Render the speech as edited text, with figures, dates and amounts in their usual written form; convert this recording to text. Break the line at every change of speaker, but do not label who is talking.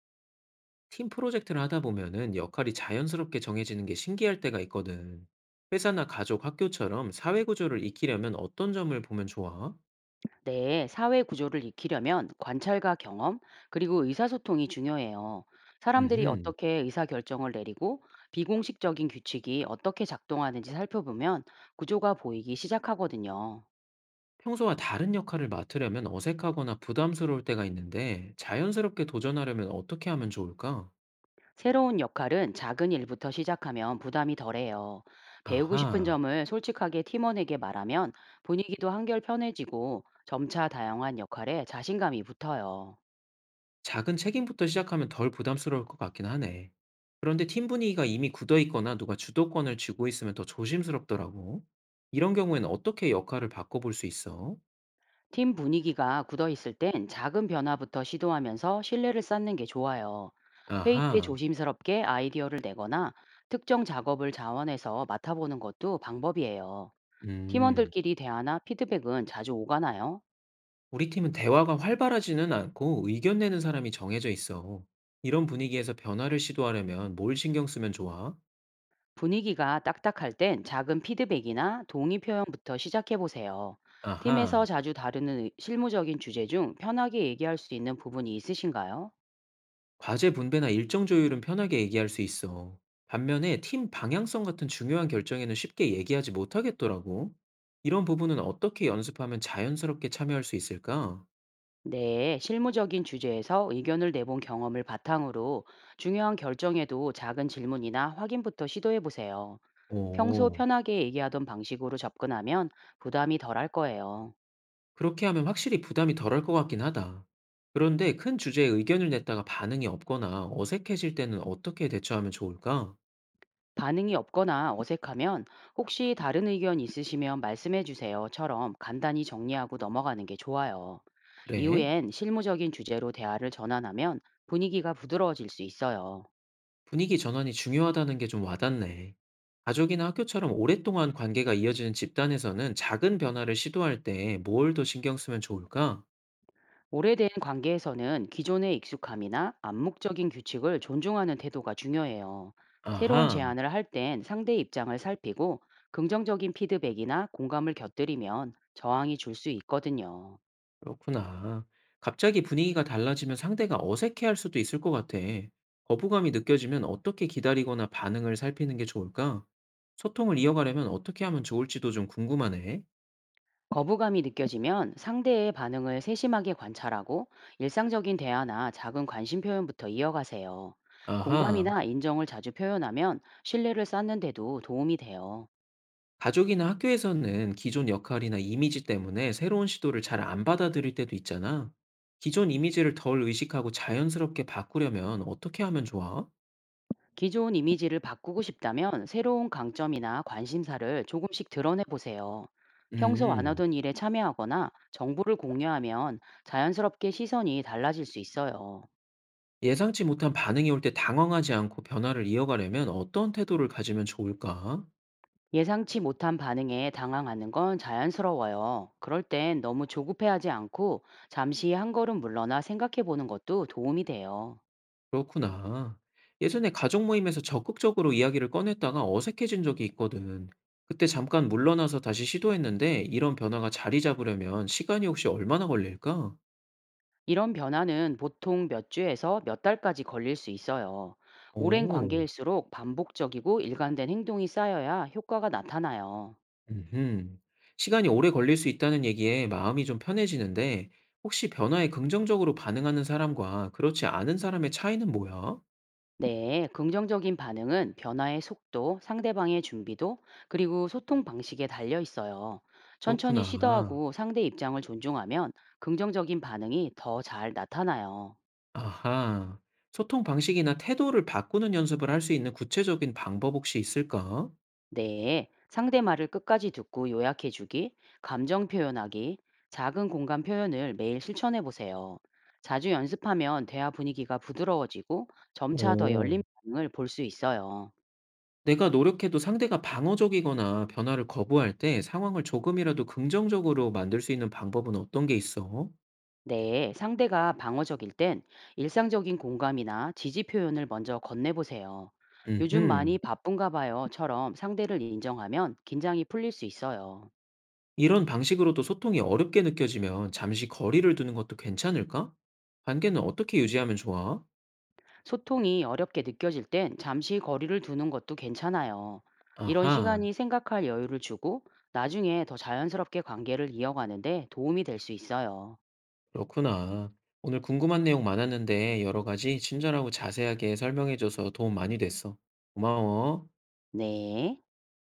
팀 프로젝트를 하다 보면은 역할이 자연스럽게 정해지는 게 신기할 때가 있거든. 회사나 가족, 학교처럼 사회 구조를 익히려면 어떤 점을 보면 좋아?
네, 사회 구조를 익히려면 관찰과 경험, 그리고 의사소통이 중요해요. 사람들이
음,
어떻게 의사결정을 내리고 비공식적인 규칙이 어떻게 작동하는지 살펴보면 구조가 보이기 시작하거든요.
평소와 다른 역할을 맡으려면 어색하거나 부담스러울 때가 있는데 자연스럽게 도전하려면 어떻게 하면 좋을까?
새로운 역할은 작은 일부터 시작하면 부담이 덜해요. 배우고 싶은
아하,
점을 솔직하게 팀원에게 말하면 분위기도 한결 편해지고 점차 다양한 역할에 자신감이 붙어요.
작은 책임부터 시작하면 덜 부담스러울 것 같긴 하네. 그런데 팀 분위기가 이미 굳어 있거나 누가 주도권을 쥐고 있으면 더 조심스럽더라고. 이런 경우에는 어떻게 역할을 바꿔볼 수 있어?
팀 분위기가 굳어 있을 땐 작은 변화부터 시도하면서 신뢰를 쌓는 게 좋아요. 회의 때
아하.
조심스럽게 아이디어를 내거나 특정 작업을 자원해서 맡아보는 것도 방법이에요.
음,
팀원들끼리 대화나 피드백은 자주 오가나요?
우리 팀은 대화가 활발하지는 않고 의견 내는 사람이 정해져 있어. 이런 분위기에서 변화를 시도하려면 뭘 신경 쓰면 좋아?
분위기가 딱딱할 땐 작은 피드백이나 동의 표현부터 시작해 보세요. 팀에서
아하,
자주 다루는 실무적인 주제 중 편하게 얘기할 수 있는 부분이 있으신가요?
과제 분배나 일정 조율은 편하게 얘기할 수 있어. 반면에 팀 방향성 같은 중요한 결정에는 쉽게 얘기하지 못하겠더라고. 이런 부분은 어떻게 연습하면 자연스럽게 참여할 수 있을까?
네, 실무적인 주제에서 의견을 내본 경험을 바탕으로 중요한 결정에도 작은 질문이나 확인부터 시도해 보세요. 평소
오.
편하게 얘기하던 방식으로 접근하면 부담이 덜할 거예요.
그렇게 하면 확실히 부담이 덜할 것 같긴 하다. 그런데 큰 주제에 의견을 냈다가 반응이 없거나 어색해질 때는 어떻게 대처하면 좋을까?
반응이 없거나 어색하면 "혹시 다른 의견 있으시면 말씀해 주세요."처럼 간단히 정리하고 넘어가는 게 좋아요.
그래?
이후엔 실무적인 주제로 대화를 전환하면 분위기가 부드러워질 수 있어요.
분위기 전환이 중요하다는 게 좀 와닿네. 가족이나 학교처럼 오랫동안 관계가 이어지는 집단에서는 작은 변화를 시도할 때 뭘 더 신경 쓰면 좋을까?
오래된 관계에서는 기존의 익숙함이나 암묵적인 규칙을 존중하는 태도가 중요해요. 새로운
아하.
제안을 할 땐 상대의 입장을 살피고 긍정적인 피드백이나 공감을 곁들이면 저항이 줄 수 있거든요.
그렇구나. 갑자기 분위기가 달라지면 상대가 어색해할 수도 있을 것 같아. 거부감이 느껴지면 어떻게 기다리거나 반응을 살피는 게 좋을까? 소통을 이어가려면 어떻게 하면 좋을지도 좀 궁금하네.
거부감이 느껴지면 상대의 반응을 세심하게 관찰하고 일상적인 대화나 작은 관심 표현부터 이어가세요.
아하.
공감이나 인정을 자주 표현하면 신뢰를 쌓는데도 도움이 돼요.
가족이나 학교에서는 기존 역할이나 이미지 때문에 새로운 시도를 잘 안 받아들일 때도 있잖아. 기존 이미지를 덜 의식하고 자연스럽게 바꾸려면 어떻게 하면 좋아?
기존 이미지를 바꾸고 싶다면 새로운 강점이나 관심사를 조금씩 드러내 보세요. 평소 안
음,
하던 일에 참여하거나 정보를 공유하면 자연스럽게 시선이 달라질 수 있어요.
예상치 못한 반응이 올 때 당황하지 않고 변화를 이어가려면 어떤 태도를 가지면 좋을까?
예상치 못한 반응에 당황하는 건 자연스러워요. 그럴 땐 너무 조급해하지 않고 잠시 한 걸음 물러나 생각해 보는 것도 도움이 돼요.
그렇구나. 예전에 가족 모임에서 적극적으로 이야기를 꺼냈다가 어색해진 적이 있거든. 그때 잠깐 물러나서 다시 시도했는데 이런 변화가 자리 잡으려면 시간이 혹시 얼마나 걸릴까?
이런 변화는 보통 몇 주에서 몇 달까지 걸릴 수 있어요. 오랜
오,
관계일수록 반복적이고 일관된 행동이 쌓여야 효과가 나타나요.
음. 시간이 오래 걸릴 수 있다는 얘기에 마음이 좀 편해지는데 혹시 변화에 긍정적으로 반응하는 사람과 그렇지 않은 사람의 차이는 뭐야?
네, 긍정적인 반응은 변화의 속도, 상대방의 준비도, 그리고 소통 방식에 달려 있어요. 천천히
그렇구나.
시도하고 상대 입장을 존중하면 긍정적인 반응이 더 잘 나타나요.
아하. 소통 방식이나 태도를 바꾸는 연습을 할 수 있는 구체적인 방법 혹시 있을까?
네, 상대 말을 끝까지 듣고 요약해주기, 감정 표현하기, 작은 공감 표현을 매일 실천해 보세요. 자주 연습하면 대화 분위기가 부드러워지고 점차 더
오.
열린 반응을 볼 수 있어요.
내가 노력해도 상대가 방어적이거나 변화를 거부할 때 상황을 조금이라도 긍정적으로 만들 수 있는 방법은 어떤 게 있어?
네, 상대가 방어적일 땐 일상적인 공감이나 지지 표현을 먼저 건네보세요. "요즘 많이
음흠.
바쁜가 봐요처럼 상대를 인정하면 긴장이 풀릴 수 있어요.
이런 방식으로도 소통이 어렵게 느껴지면 잠시 거리를 두는 것도 괜찮을까? 관계는 어떻게 유지하면 좋아?
소통이 어렵게 느껴질 땐 잠시 거리를 두는 것도 괜찮아요. 이런
아하,
시간이 생각할 여유를 주고 나중에 더 자연스럽게 관계를 이어가는데 도움이 될 수 있어요.
그렇구나. 오늘 궁금한 내용 많았는데 여러 가지 친절하고 자세하게 설명해줘서 도움 많이 됐어. 고마워.
네.